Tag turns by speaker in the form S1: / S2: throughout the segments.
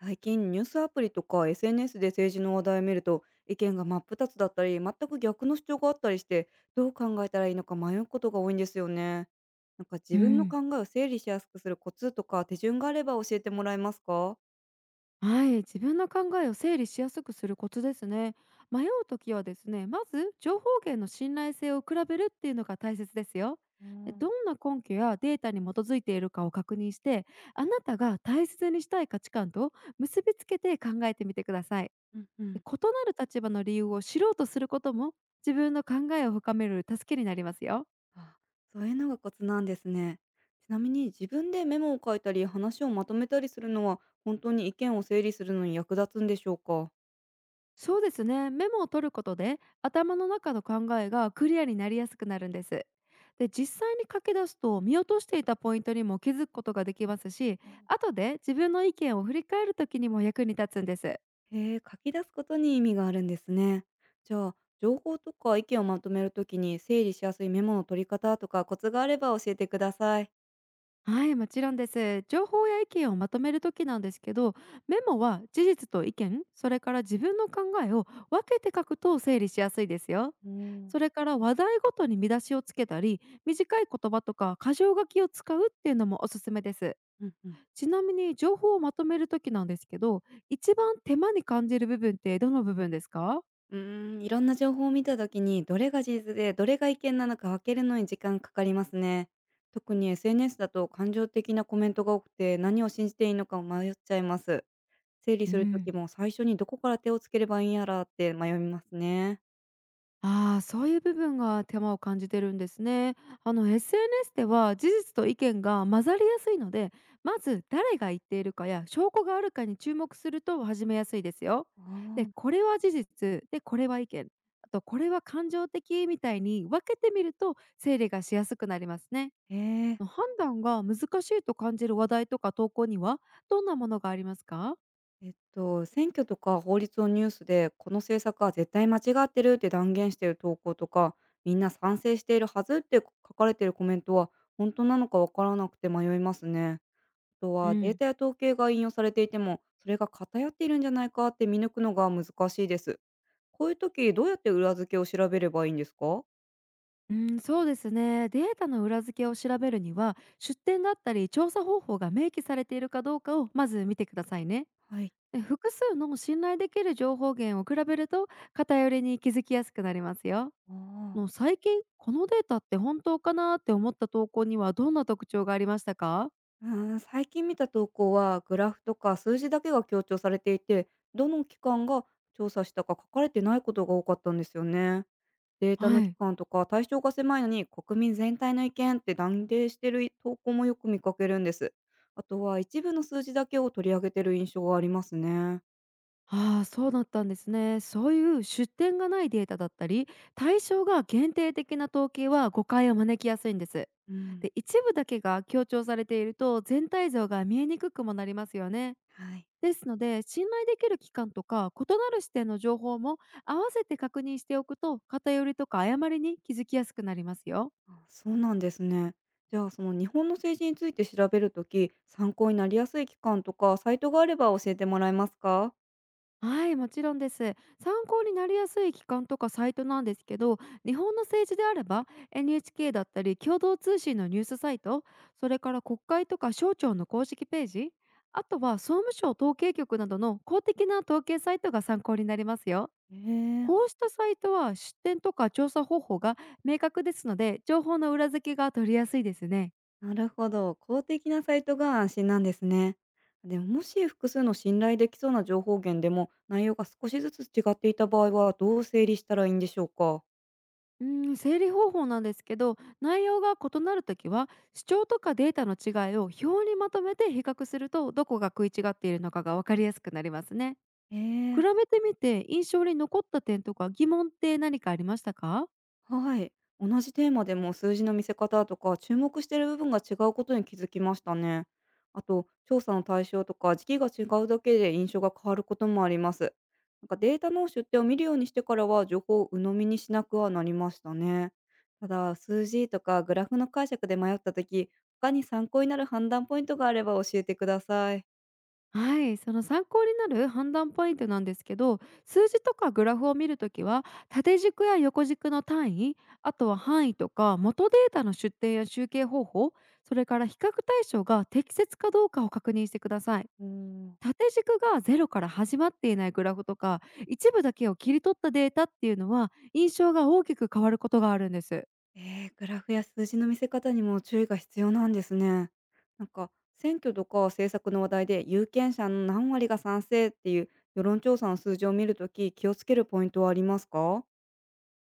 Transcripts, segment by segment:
S1: 最近ニュースアプリとか SNS で政治の話題を見ると、意見が真っ二つだったり全く逆の主張があったりして、どう考えたらいいのか迷うことが多いんですよね。なんか
S2: う
S1: 自分の
S2: ん、
S1: 考えを整理しやすくするコツとか手順があれば教えてもらえますか？
S2: はい、自分の考えを整理しやすくするコツですね。迷うときはですね、まず情報源の信頼性を比べるっていうのが大切ですよ。
S1: う
S2: でど
S1: ん、
S2: んな根拠やデータに基づいているかを確認して、あなたが大切にしたい価値観と結びつけて考えてみてください。
S1: うんう
S2: で
S1: ん。
S2: 異なる立場の理由を知ろうとすることも自分の考えを深める助けになりますよ。
S1: あ、そういうのがコツなんですね。ちなみに自分でメモを書いたり話をまとめたりするのは本当に意見を整理するのに役立つんでしょうか？
S2: そうですね、メモを取ることで頭の中の考えがクリアになりやすくなるんです。で実際に書き出すと見落としていたポイントにも気づくことができますし、後で自分の意見を振り返る時にも役に立つんです。
S1: へえ、書き出すことに意味があるんですね。じゃあ、情報とか意見をまとめるときに整理しやすいメモの取り方とかコツがあれば教えてください。
S2: はい、もちろんです。情報や意見をまとめる時なんですけど、メモは事実と意見それから自分の考えを分けて書くと整理しやすいですよ。
S1: おー、
S2: それから話題ごとに見出しをつけたり、短い言葉とか箇条書きを使うっていうのもおすすめです。
S1: うんうん。
S2: ちなみに情報をまとめるときなんですけど、一番手間に感じる部分ってどの部分ですか？
S1: うーん、いろんな情報を見たときにどれが事実でどれが意見なのか分けるのに時間かかりますね。特に SNS だと感情的なコメントが多くて、何を信じていいのか迷っちゃいます。整理
S2: う
S1: すると
S2: ん、
S1: きも最初にどこから手をつければいいんやらって迷いますね。
S2: そういう部分が手間を感じてるんですね。SNS では事実と意見が混ざりやすいので、まず誰が言っているかや証拠があるかに注目すると始めやすいですよ。
S1: あ
S2: で、
S1: ー、
S2: これは事実、で、これは意見、あとこれは感情的みたいに分けてみると整理がしやすくなりますね。
S1: へえ。
S2: 判断が難しいと感じる話題とか投稿にはどんなものがありますか？
S1: 選挙とか法律のニュースで、この政策は絶対間違ってるって断言している投稿とか、みんな賛成しているはずって書かれているコメントは、本当なのかわからなくて迷いますね。あと
S2: う
S1: はデー
S2: ん、
S1: タや統計が引用されていても、それが偏っているんじゃないかって見抜くのが難しいです。こういう時、どうやって裏付けを調べればいいんですか？
S2: うん、そうですね、データの裏付けを調べるには出典だったり調査方法が明記されているかどうかをまず見てくださいね。
S1: はい。
S2: で複数の信頼できる情報源を比べると偏りに気づきやすくなりますよ。
S1: あ
S2: の
S1: あ。
S2: 最近このデータって本当かなって思った投稿にはどんな特徴がありましたか？
S1: うーん、最近見た投稿はグラフとか数字だけが強調されていて、どの機関が調査したか書かれてないことが多かったんですよね。データ
S2: は
S1: の期
S2: い、
S1: 間とか対象が狭いのに国民全体の意見って断定してる投稿もよく見かけるんです。あとは一部の数字だけを取り上げてる印象がありますね。
S2: ああ、そうだったんですね。そういう出典がないデータだったり、対象が限定的な統計は誤解を招きやすいんです。
S1: うん。
S2: で、一部だけが強調されていると全体像が見えにくくもなりますよね。
S1: はい。
S2: ですので、信頼できる機関とか異なる視点の情報も合わせて確認しておくと、偏りとか誤りに気づきやすくなりますよ。
S1: あ、そうなんですね。じゃあ、その日本の政治について調べるとき、参考になりやすい機関とかサイトがあれば教えてもらえますか？
S2: はい、もちろんです。参考になりやすい機関とかサイトなんですけど、日本の政治であれば NHK だったり共同通信のニュースサイト、それから国会とか省庁の公式ページ、あとは総務省統計局などの公的な統計サイトが参考になりますよ。
S1: え
S2: こ
S1: え、
S2: うしたサイトは出典とか調査方法が明確ですので、情報の裏付けが取りやすいですね。
S1: なるほど。公的なサイトが安心なんですね。でも、もし複数の信頼できそうな情報源でも内容が少しずつ違っていた場合はどう整理したらいいんでしょうか。
S2: うん、整理方法なんですけど、内容が異なるときは主張とかデータの違いを表にまとめて比較すると、どこが食い違っているのかが分かりやすくなりますね。
S1: へ
S2: 比
S1: え。
S2: べてみて印象に残った点とか疑問って何かありましたか？
S1: はい。同じテーマでも数字の見せ方とか注目している部分が違うことに気づきましたね。あと、調査の対象とか時期が違うだけで印象が変わることもあります。なんかデータの出典を見るようにしてからは、情報を鵜呑みにしなくはなりましたね。ただ、数字とかグラフの解釈で迷ったとき、他に参考になる判断ポイントがあれば教えてください。
S2: はい、その参考になる判断ポイントなんですけど、数字とかグラフを見るときは縦軸や横軸の単位、あとは範囲とか元データの出典や集計方法、それから比較対象が適切かどうかを確認してください。
S1: うん。
S2: 縦軸がゼロから始まっていないグラフとか、一部だけを切り取ったデータっていうのは、印象が大きく変わることがあるんです。
S1: えー、グラフや数字の見せ方にも注意が必要なんですね。なんか選挙とか政策の話題で有権者の何割が賛成っていう世論調査の数字を見るとき、気をつけるポイントはありますか？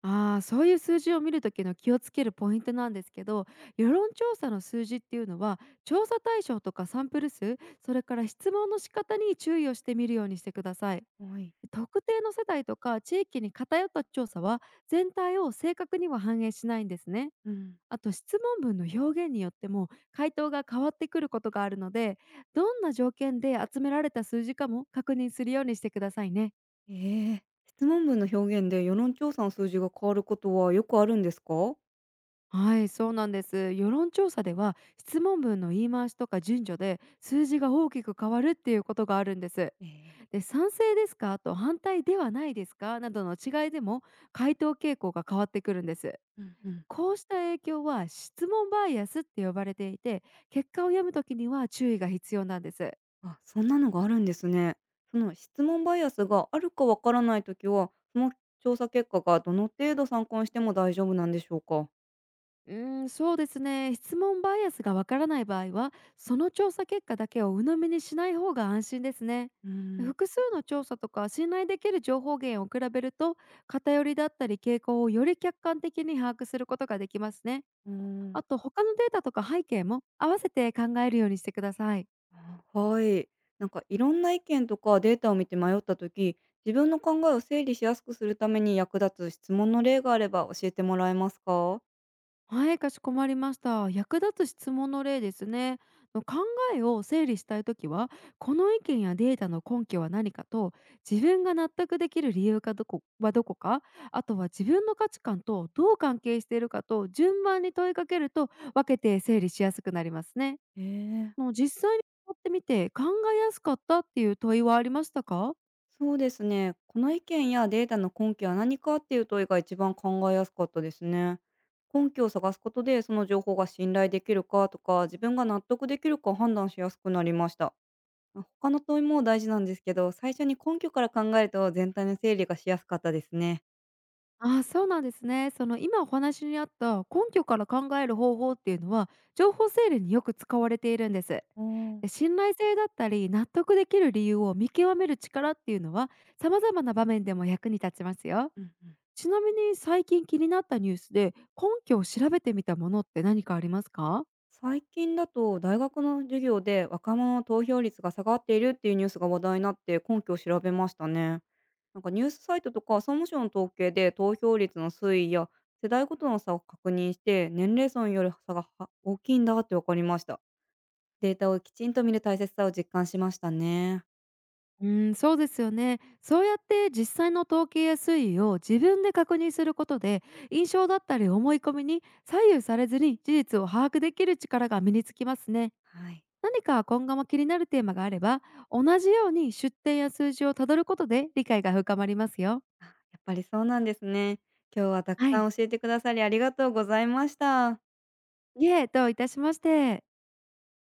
S2: ああ、そういう数字を見るときの気をつけるポイントなんですけど、世論調査の数字っていうのは、調査対象とかサンプル数、それから質問の仕方に注意をしてみるようにしてください。
S1: はい。
S2: 特定の世代とか地域に偏った調査は、全体を正確には反映しないんですね。
S1: うん。
S2: あと質問文の表現によっても回答が変わってくることがあるので、どんな条件で集められた数字かも確認するようにしてくださいね。
S1: ええ、質問文の表現で世論調査の数字が変わることはよくあるんですか？
S2: はい、そうなんです。世論調査では質問文の言い回しとか順序で数字が大きく変わるっていうことがあるんです。
S1: ええ。
S2: で賛成ですかと反対ではないですかなどの違いでも回答傾向が変わってくるんです。
S1: うんうん。
S2: こうした影響は質問バイアスって呼ばれていて、結果を読むときには注意が必要なんです。
S1: あ、そんなのがあるんですね。その質問バイアスがあるかわからないときは、その調査結果がどの程度参考にしても大丈夫なんでしょうか。
S2: そうですね。質問バイアスがわからない場合は、その調査結果だけを鵜呑みにしない方が安心ですね。
S1: うん。
S2: 複数の調査とか信頼できる情報源を比べると、偏りだったり傾向をより客観的に把握することができますね。
S1: うーん、
S2: あと、他のデータとか背景も合わせて考えるようにしてください。
S1: あ、はい。なんかいろんな意見とかデータを見て迷った時、自分の考えを整理しやすくするために役立つ質問の例があれば教えてもらえますか？
S2: はい、かしこまりました。役立つ質問の例ですね。の考えを整理したいときは、この意見やデータの根拠は何かと、自分が納得できる理由かどこはどこか、あとは自分の価値観とどう関係しているかと順番に問いかけると、分けて整理しやすくなりますね。
S1: え。
S2: もう実際にやってみて考えやすかったっていう問いはありましたか？
S1: そうですね。この意見やデータの根拠は何かっていう問いが一番考えやすかったですね。根拠を探すことでその情報が信頼できるかとか、自分が納得できるか判断しやすくなりました。他の問いも大事なんですけど、最初に根拠から考えると全体の整理がしやすかったですね。
S2: ああ、そうなんですね。その今お話にあった根拠から考える方法っていうのは情報整理によく使われているんです。
S1: おー、
S2: で信頼性だったり納得できる理由を見極める力っていうのは様々な場面でも役に立ちますよ。
S1: うんうん。
S2: ちなみに最近気になったニュースで根拠を調べてみたものって何かありますか？
S1: 最近だと大学の授業で若者の投票率が下がっているっていうニュースが話題になって、根拠を調べましたね。なんかニュースサイトとか総務省の統計で投票率の推移や世代ごとの差を確認して、年齢層による差がは大きいんだって分かりました。データをきちんと見る大切さを実感しましたね。
S2: うん、そうですよね。そうやって実際の統計や推移を自分で確認することで、印象だったり思い込みに左右されずに事実を把握できる力が身につきますね。
S1: はい。
S2: 何か今後も気になるテーマがあれば、同じように出典や数字をたどることで理解が深まりますよ。
S1: あ、やっぱりそうなんですね。今日はたく
S2: は
S1: さ
S2: い。
S1: ん教えてくださりありがとうございました。
S2: いえ、どういたしまして。